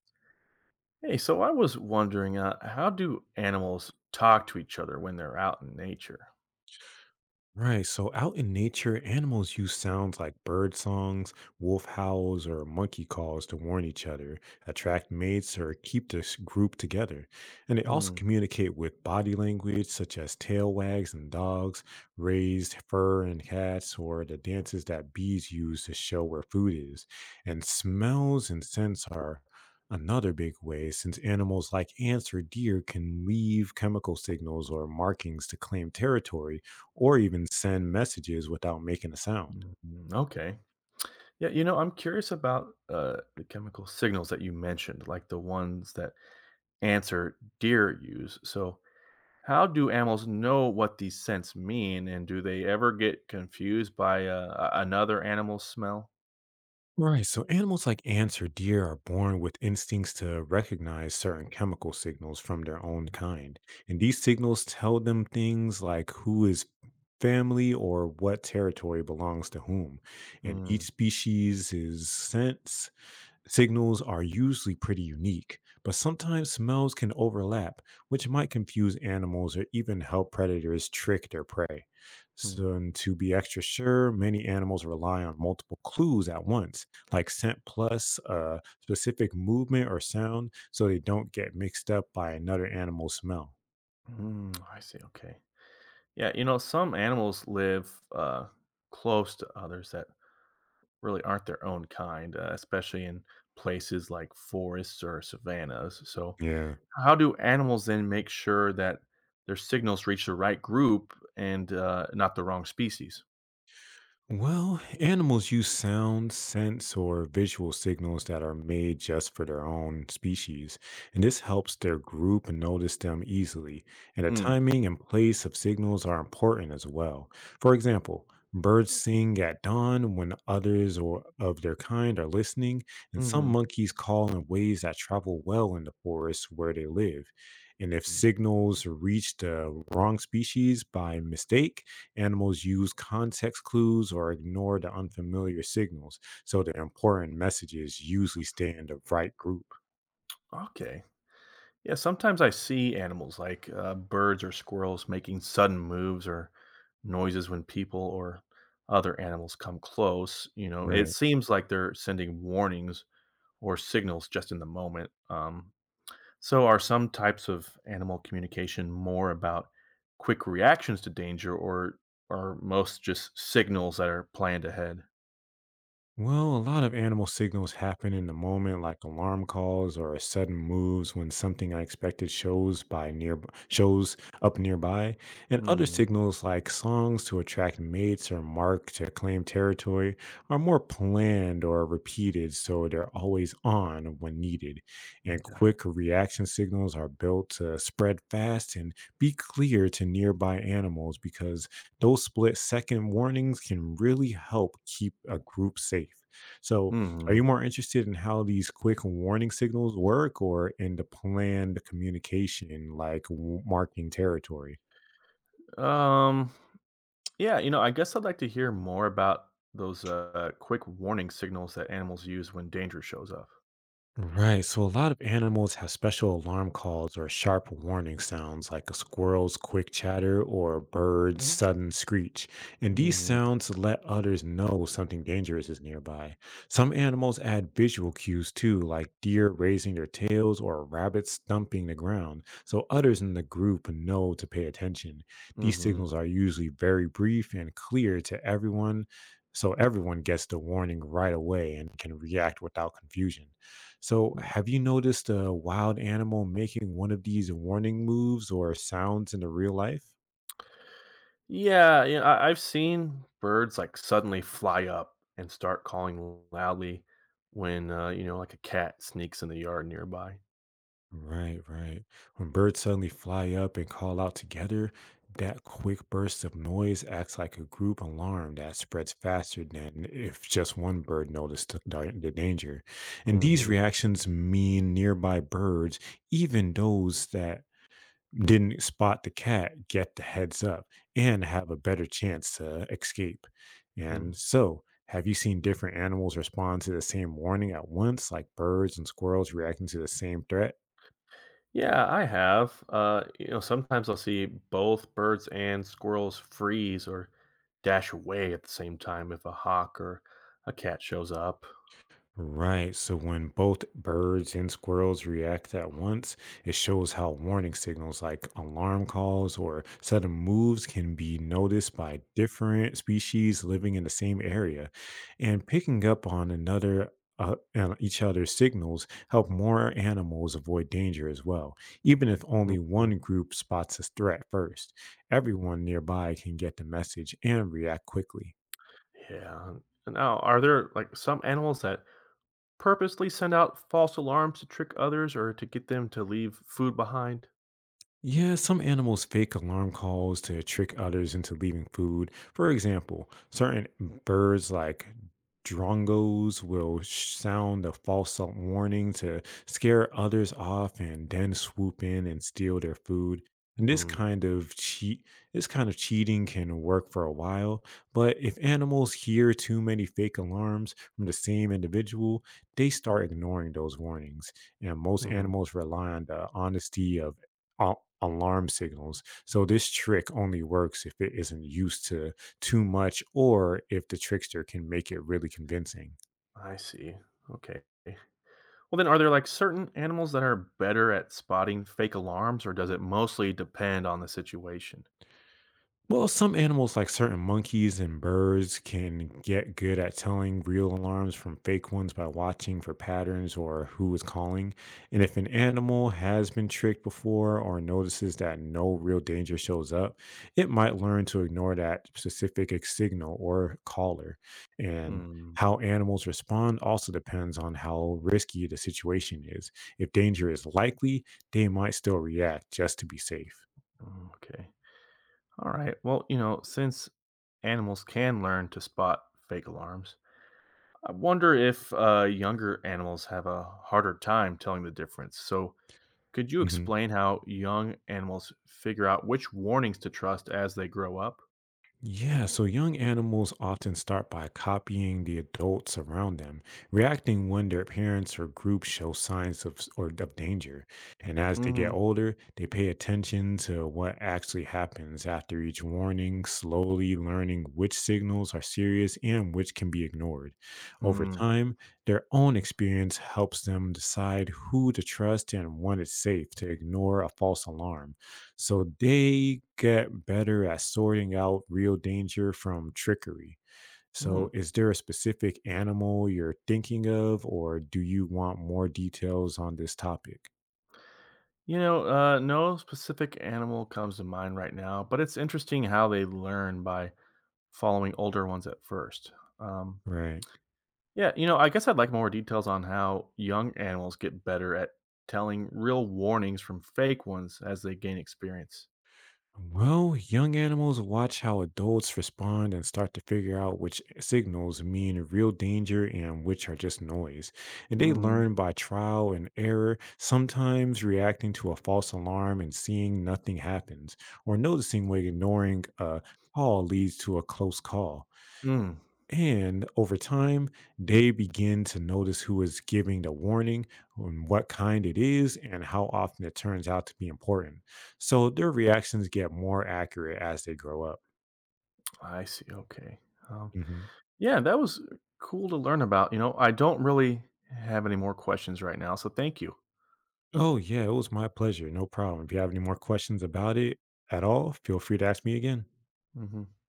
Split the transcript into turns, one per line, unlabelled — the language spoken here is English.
Hey, so I was wondering, how do animals talk to each other when they're out in nature?
Right. So out in nature, animals use sounds like bird songs, wolf howls, or monkey calls to warn each other, attract mates, or keep this group together. And they also
Hmm.
communicate with body language, such as tail wags in dogs, raised fur in cats, or the dances that bees use to show where food is. And smells and scents are another big way, since animals like ants or deer can leave chemical signals or markings to claim territory or even send messages without making a sound.
Mhm. Okay. Yeah, I'm curious about the chemical signals that you mentioned, like the ones that ants or deer use. So, how do animals know what these scents mean, and do they ever get confused by another animal's smell?
Right, so animals like ants or deer are born with instincts to recognize certain chemical signals from their own kind. And these signals tell them things like who is family or what territory belongs to whom. And
Hmm.
each species' scent signals are usually pretty unique, but sometimes smells can overlap, which might confuse animals or even help predators trick their prey.
Hmm.
So, and to be extra sure, many animals rely on multiple clues at once, like scent plus a specific movement or sound, so they don't get mixed up by another animal's smell.
Hmm. I see. Okay. Yeah, some animals live close to others that really aren't their own kind, especially in places like forests or savannas. So,
Yeah.
how do animals then make sure that their signals reach the right group and not the wrong species?
Well, animals use sound, sense, or visual signals that are made just for their own species, and this helps their group notice them easily. And the
Mm.
timing and place of signals are important as well. For example, birds sing at dawn when others or of their kind are listening, and some
Hmm.
monkeys call in ways that travel well in the forest where they live. And if signals reach the wrong species by mistake, animals use context clues or ignore the unfamiliar signals, so the important messages usually stay in the right group.
Okay. Yeah, sometimes I see animals like birds or squirrels making sudden moves or noises when people or other animals come close. You know, it
Right.
seems like they're sending warnings or signals just in the moment. So, are some types of animal communication more about quick reactions to danger, or are most just signals that are planned ahead?
Well, a lot of animal signals happen in the moment, like alarm calls or sudden moves when something unexpected shows up nearby, and other
Hmm.
signals like songs to attract mates or mark to claim territory are more planned or repeated, so they're always on when needed. And
Okay.
quick reaction signals are built to spread fast and be clear to nearby animals, because those split second warnings can really help keep a group safe. So, are
Hmm.
you more interested in how these quick warning signals work or in the planned communication, like marking territory?
Um. Yeah. I guess I'd like to hear more about those quick warning signals that animals use when danger shows up.
Right. So a lot of animals have special alarm calls or sharp warning sounds, like a squirrel's quick chatter or a bird's sudden screech. And these
Hmm.
sounds let others know something dangerous is nearby. Some animals add visual cues too, like deer raising their tails or rabbits stomping the ground, so others in the group know to pay attention. These
Hmm.
signals are usually very brief and clear to everyone, so everyone gets the warning right away and can react without confusion. So, have you noticed a wild animal making one of these warning moves or sounds in the real life?
Yeah. Yeah. I've seen birds like suddenly fly up and start calling loudly when like a cat sneaks in the yard nearby.
Right, right. When birds suddenly fly up and call out together, that quick burst of noise acts like a group alarm that spreads faster than if just one bird noticed the danger. And these
Mm-hmm.
reactions mean nearby birds, even those that didn't spot the cat, get the heads up and have a better chance to escape.
Hmm.
And so, have you seen different animals respond to the same warning at once, like birds and squirrels reacting to the same threat?
Yeah, I have. You know, sometimes I'll see both birds and squirrels freeze or dash away at the same time if a hawk or a cat shows up.
Right. So when both birds and squirrels react at once, it shows how warning signals like alarm calls or sudden moves can be noticed by different species living in the same area. And picking up on another and each other's signals help more animals avoid danger as well. Even if only
Mhm.
one group spots a threat first, everyone nearby can get the message and react quickly.
Yeah. Now, are there like some animals that purposely send out false alarms to trick others or to get them to leave food behind?
Yeah, some animals fake alarm calls to trick others into leaving food. For example, certain birds like drongos will sound a warning to scare others off and then swoop in and steal their food. And this
Mm-hmm.
kind of cheat this kind of cheating can work for a while, but if animals hear too many fake alarms from the same individual, they start ignoring those warnings, and most animals rely on the honesty of a- alarm signals. So this trick only works if it isn't used to too much, or if the trickster can make it really convincing.
I see. Okay. Well, then, are there like certain animals that are better at spotting fake alarms, or does it mostly depend on the situation?
Well, some animals, like certain monkeys and birds, can get good at telling real alarms from fake ones by watching for patterns or who is calling. And if an animal has been tricked before or notices that no real danger shows up, it might learn to ignore that specific signal or caller. And
Mm.
how animals respond also depends on how risky the situation is. If danger is likely, they might still react just to be safe.
Okay. All right. Well, since animals can learn to spot fake alarms, I wonder if younger animals have a harder time telling the difference. So, could you
Mm-hmm.
explain how young animals figure out which warnings to trust as they grow up?
Yeah, so young animals often start by copying the adults around them, reacting when their parents or group show signs of s- or of danger. And as they get
Mm-hmm.
older, they pay attention to what actually happens after each warning, slowly learning which signals are serious and which can be ignored. Over
Hmm.
time, their own experience helps them decide who to trust and when it's safe to ignore a false alarm. So they get better at sorting out real danger from trickery.
Hmm.
So, is there a specific animal you're thinking of, or do you want more details on this topic?
No specific animal comes to mind right now, but it's interesting how they learn by following older ones at first. Um,
Right.
Yeah, I guess I'd like more details on how young animals get better at telling real warnings from fake ones as they gain experience.
Well, young animals watch how adults respond and start to figure out which signals mean real danger and which are just noise. And they
Mm.
learn by trial and error, sometimes reacting to a false alarm and seeing nothing happens, or noticing when ignoring a call leads to a close call.
Mm.
And over time, they begin to notice who is giving the warning and what kind it is and how often it turns out to be important. So their reactions get more accurate as they grow up.
I see. Okay. Um,
Mhm.
yeah, that was cool to learn about. You know, I don't really have any more questions right now, so thank you.
Oh, yeah, it was my pleasure. No problem. If you have any more questions about it at all, feel free to ask me again.
Hmm.